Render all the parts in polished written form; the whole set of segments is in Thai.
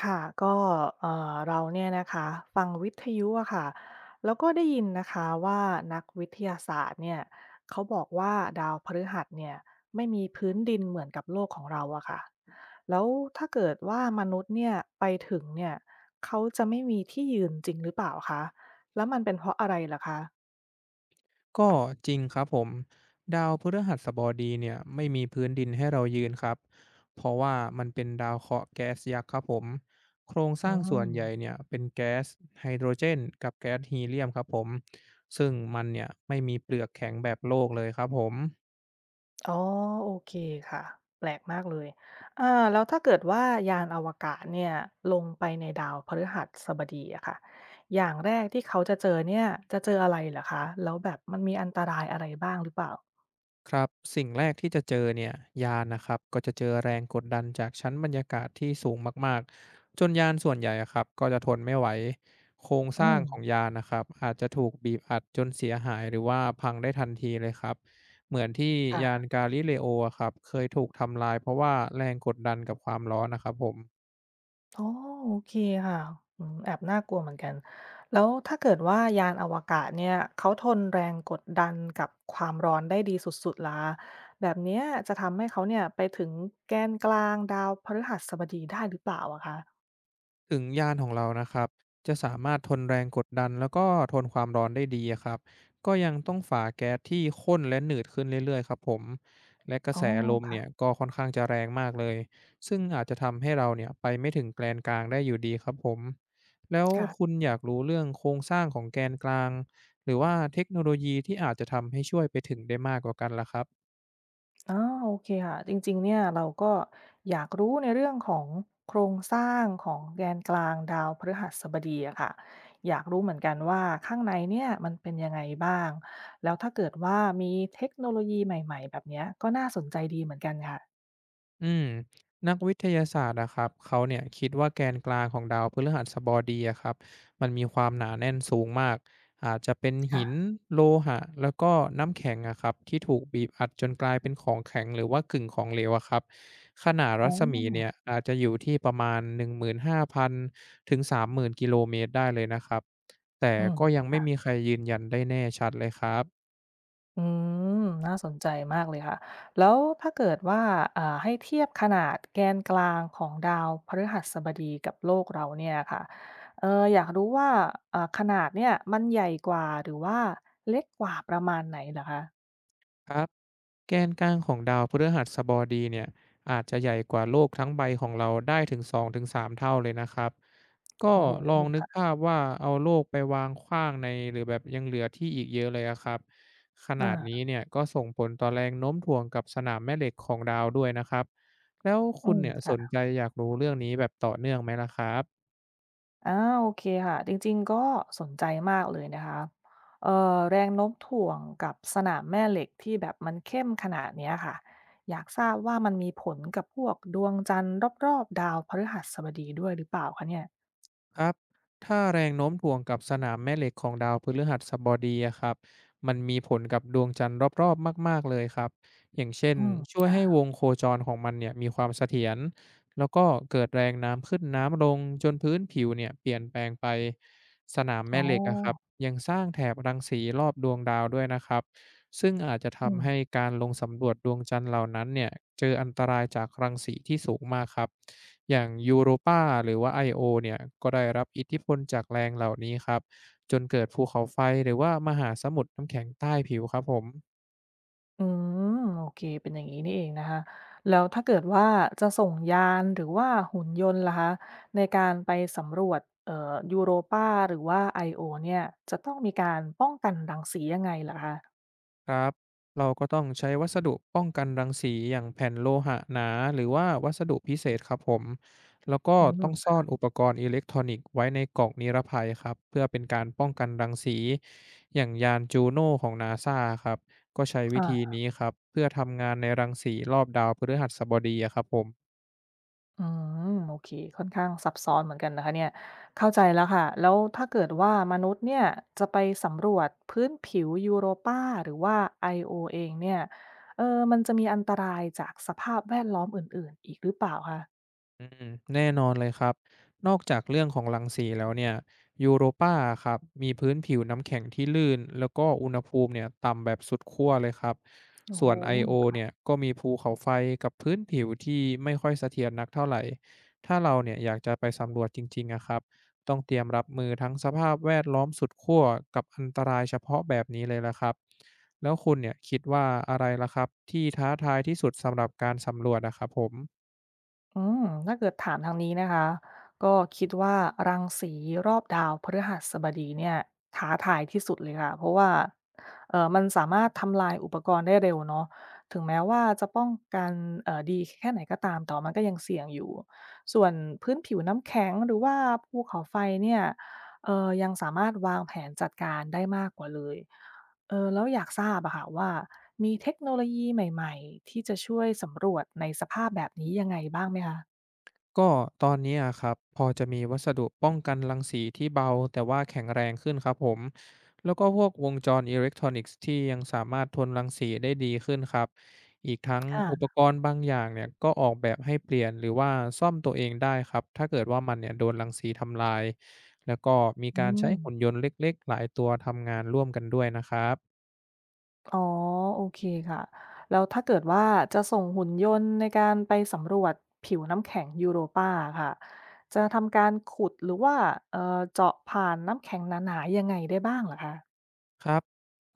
ค่ะก็เราเนี่ยนะคะฟังวิทยุอะค่ะแล้วก็ได้ยินนะคะว่านักวิทยาศาสตร์เนี่ยเขาบอกว่าดาวพฤหัสเนี่ยไม่มีพื้นดินเหมือนกับโลกของเราอะค่ะแล้วถ้าเกิดว่ามนุษย์เนี่ยไปถึงเนี่ยเขาจะไม่มีที่ยืนจริงหรือเปล่าคะแล้วมันเป็นเพราะอะไรเหรอคะก็จริงครับผมดาวพฤหัสบดีเนี่ยไม่มีพื้นดินให้เรายืนครับเพราะว่ามันเป็นดาวเคราะห์แก๊สยักษ์ครับผมโครงสอืร้างส่วนม ใหญ่เนี่ยเป็นแก๊สไฮโดรเจนกับแก๊สฮีเลียมครับผมซึ่งมันเนี่ยไม่มีเปลือกแข็งแบบโลกเลยครับผม อ๋อโอเคค่ะแปลกมากเลยอ่าแล้วถ้าเกิดว่ายานอวกาศเนี่ยลงไปในดาวพฤหัสบดีอะค่ะอย่างแรกที่เขาจะเจอเนี่ยจะเจออะไรเหรอคะแล้วแบบมันมีอันตรายอะไรบ้างหรือเปล่าครับสิ่งแรกที่จะเจอเนี่ยยานนะครับก็จะเจอแรงกดดันจากชั้นบรรยากาศที่สูงมากๆจนยานส่วนใหญ่อะครับก็จะทนไม่ไหวโครงสอืร้างมของยานนะครับอาจจะถูกบีบอัดจนเสียหายหรือว่าพังได้ทันทีเลยครับเหมือนที่ยาค่ะนกาลิเลโออะครับเคยถูกทำลายเพราะว่าแรงกดดันกับความร้อนนะครับผม อ๋อโอเคค่ะอืมแอบน่ากลัวเหมือนกันแล้วถ้าเกิดว่ายานอวกาศเนี่ยเขาทนแรงกดดันกับความร้อนได้ดีสุดๆล่ะแบบเนี้ยจะทำให้เขาเนี่ยไปถึงแกนกลางดาวพฤหัสบดีได้หรือเปล่าอะคะ ถึงยานของเรานะครับจะสามารถทนแรงกดดันแล้วก็ทนความร้อนได้ดีอะครับก็ยังต้องฝ่าแก๊สที่ข้นและหนืดขึ้นเรื่อยๆครับผมและกระอ๋แสอลมค่ะเนี่ยก็ค่อนข้างจะแรงมากเลยซึ่งอาจจะทำให้เราเนี่ยไปไม่ถึงแกนกลางได้อยู่ดีครับผมแล้วคุค่ะณอยากรู้เรื่องโครงสร้างของแกนกลางหรือว่าเทคโนโลยีที่อาจจะทำให้ช่วยไปถึงได้มากกว่ากันล่ะครับ ออโอเคค่ะ จริงๆเนี่ยเราก็อยากรู้ในเรื่องของโครงสร้างของแกนกลางดาวพฤหัสบดีอะค่ะ อยากรู้เหมือนกันว่าข้างในเนี่ยมันเป็นยังไงบ้าง แล้วถ้าเกิดว่ามีเทคโนโลยีใหม่ๆแบบเนี้ยก็น่าสนใจดีเหมือนกันค่ะอืมนักวิทยาศาสตร์อะครับเขาเนี่ยคิดว่าแกนกลางของดาวพฤหัสบดีอะครับมันมีความหนาแน่นสูงมากอาจจะเป็นหินค่ะโลหะแล้วก็น้ำแข็งอะครับที่ถูกบีบอัดจนกลายเป็นของแข็งหรือว่ากึ่งของเหลวอะครับขนาดอ๋รัอศมีเนี่ยอาจจะอยู่ที่ประมาณ15,000ถึง30,000กิโลเมตรได้เลยนะครับแต่อืมก็ยังไม่ค่ะ มีใครยืนยันได้แน่ชัดเลยครับ อืมน่าสนใจมากเลยค่ะแล้วถ้าเกิดว่าให้เทียบขนาดแกนกลางของดาวพฤหัสบดีกับโลกเราเนี่ยค่ะเอออยากรู้ว่าขนาดเนี่ยมันใหญ่กว่าหรือว่าเล็กกว่าประมาณไหนเหรอคะครับแกนกลางของดาวพฤหัสบดีเนี่ยอาจจะใหญ่กว่าโลกทั้งใบของเราได้ถึง2-3เท่าเลยนะครับก็โอ้โหลองนึกค่ะภาพว่าเอาโลกไปวางขว้างในหรือแบบยังเหลือที่อีกเยอะเลยอะครับขนาอาดนี้เนี่ยก็ส่งผลต่อแรงโน้มถ่วงกับสนามแม่เหล็กของดาวด้วยนะครับแล้วอืคุณมเนี่ยสนค่ะ ใจอยากรู้เรื่องนี้แบบต่อเนื่องไหมล่ะครับ อาโอเคค่ะจริงๆก็สนใจมากเลยนะคะแรงโน้มถ่วงกับสนามแม่เหล็กที่แบบมันเข้มขนาดเนี้ยค่ะอยากทราบว่ามันมีผลกับพวกดวงจันทร์รอบๆดาวพฤหัสบดีด้วยหรือเปล่าคะเนี่ยครับ ถ้าแรงโน้มถ่วงกับสนามแม่เหล็กของดาวพฤหัสบดีอะครับมันมีผลกับดวงจันทร์รอบๆมากๆเลยครับ อย่างเช่นอืมช่วยให้วค่ะงโคจรของมันเนี่ยมีความเสถียรแล้วก็เกิดแรงน้ำขึ้นน้ำลงจนพื้นผิวเนี่ยเปลี่ยนแปลงไปสนามอ๋อแม่เหล็กอะครับยังสร้างแถบรังสีรอบดวงดาวด้วยนะครับ ซึ่งอาจจะอืม ทำให้การลงสำรวจดวงจันทร์เหล่านั้นเนี่ยเจออันตรายจากรังสีที่สูงมากครับ อย่างยูโรปาหรือว่า Io เนี่ยก็ได้รับอิทธิพลจากแรงเหล่านี้ครับจนเกิดภูเขาไฟหรือว่ามหาสมุทรน้ำแข็งใต้ผิวครับผม อืมโอเคเป็นอย่างนี้นี่เองนะคะแล้วถ้าเกิดว่าจะส่งยานหรือว่าหุ่นยนต์ล่ะคะในการไปสำรวจยูโรปาหรือว่าไอโอเนี่ยจะต้องมีการป้องกันรังสียังไงลหคะครับเราก็ต้องใช้วัสดุป้องกันรังสีอย่างแผ่นโลหะหนาหรือว่าวัสดุพิเศษครับผมแล้วก็อืต้องซ่มอนอุปกรณ์อิเล็กทรอนิกส์ไว้ในกล่องนิรภัยครับเพื่อเป็นการป้องกันรังสีอย่างยานจูโน่ของนาซาครับก็ใช้วิอาธีนี้ครับเพื่อทำงานในรังสีรอบดาวพฤหัสบดีอะครับผม อืมโอเคค่อนข้างซับซ้อนเหมือนกันนะคะเนี่ยเข้าใจแล้วค่ะแล้วถ้าเกิดว่ามนุษย์เนี่ยจะไปสำรวจพื้นผิวยูโรปาหรือว่าไอโอเองเนี่ยเออมันจะมีอันตรายจากสภาพแวดล้อมอื่นๆอีกหรือเปล่าคะ อืมแน่นอนเลยครับ นอกจากเรื่องของรังสีแล้วเนี่ยยูโรปาครับมีพื้นผิวน้ำแข็งที่ลื่นแล้วก็อุณหภูมิเนี่ยต่ำแบบสุดขั้วเลยครับโอ้ส่โหวน I.O. เนี่ยก็มีภูเขาไฟกับพื้นผิวที่ไม่ค่อยเสถียรนักเท่าไหร่ถ้าเราเนี่ยอยากจะไปสำรวจจริงๆนะครับต้องเตรียมรับมือทั้งสภาพแวดล้อมสุดขั้วกับอันตรายเฉพาะแบบนี้เลยละครับแล้วคุณเนี่ยคิดว่าอะไรล่ะครับที่ท้าทายที่สุดสำหรับการสำรวจนะครับผม อืมถ้าเกิดถามทางนี้นะคะ ก็คิดว่ารังสีรอบดาวพฤหัสบดีเนี่ยท้าทายที่สุดเลยค่ะ เพราะว่ามันสามารถทำลายอุปกรณ์ได้เร็วเนาะถึงแม้ว่าจะป้องกันดีแค่ไหนก็ตามแต่ว่ามันก็ยังเสี่ยงอยู่ ส่วนพื้นผิวน้ำแข็งหรือว่าภูเขาไฟเนี่ยยังสามารถวางแผนจัดการได้มากกว่าเลย เออแล้วอยากทราบอะค่ะว่ามีเทคโนโลยีใหม่ๆที่จะช่วยสำรวจในสภาพแบบนี้ยังไงบ้างไหมคะก็ตอนนี้อะครับพอจะมีวัสดุป้องกันรังสีที่เบาแต่ว่าแข็งแรงขึ้นครับผมแล้วก็พวกวงจรอิเล็กทรอนิกส์ที่ยังสามารถทนรังสีได้ดีขึ้นครับอีกทั้งค่ะอุปกรณ์บางอย่างเนี่ยก็ออกแบบให้เปลี่ยนหรือว่าซ่อมตัวเองได้ครับถ้าเกิดว่ามันเนี่ยโดนรังสีทำลายแล้วก็มีอืการใช้มหุ่นยนต์เล็กๆหลายตัวทำงานร่วมกันด้วยนะครับ อ๋อโอเคค่ะแล้วถ้าเกิดว่าจะส่งหุ่นยนต์ในการไปสำรวจผิวน้ำแข็งยูโรปาอะค่ะจะทำการขุดหรือว่าเอ่อเจาะผ่านน้ำแข็งหนาๆยังไงได้บ้างเหรอคะครับ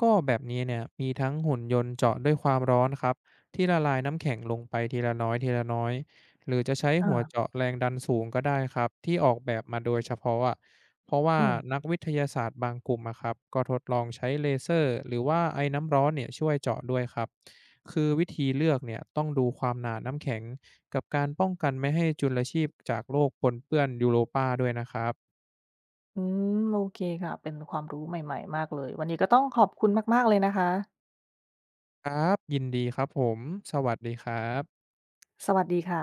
ก็แบบนี้เนี่ยมีทั้งหุ่นยนต์เจาะด้วยความร้อนครับที่ละลายน้ำแข็งลงไปทีละน้อยทีละน้อยหรือจะใช้อาหัวเจาะแรงดันสูงก็ได้ครับที่ออกแบบมาโดยเฉพาะอะเพราะว่าอืนักมวิทยาศาสตร์บางกลุ่มอะครับก็ทดลองใช้เลเซอร์หรือว่าไอ้น้ำร้อนเนี่ยช่วยเจาะด้วยครับคือวิธีเลือกเนี่ยต้องดูความหนาน้ำแข็งกับการป้องกันไม่ให้จุลชีพจากโลกปนเปื้อนยูโรปาด้วยนะครับอืมโอเคค่ะเป็นความรู้ใหม่ๆมากเลยวันนี้ก็ต้องขอบคุณมากๆเลยนะคะครับยินดีครับผมสวัสดีครับสวัสดีค่ะ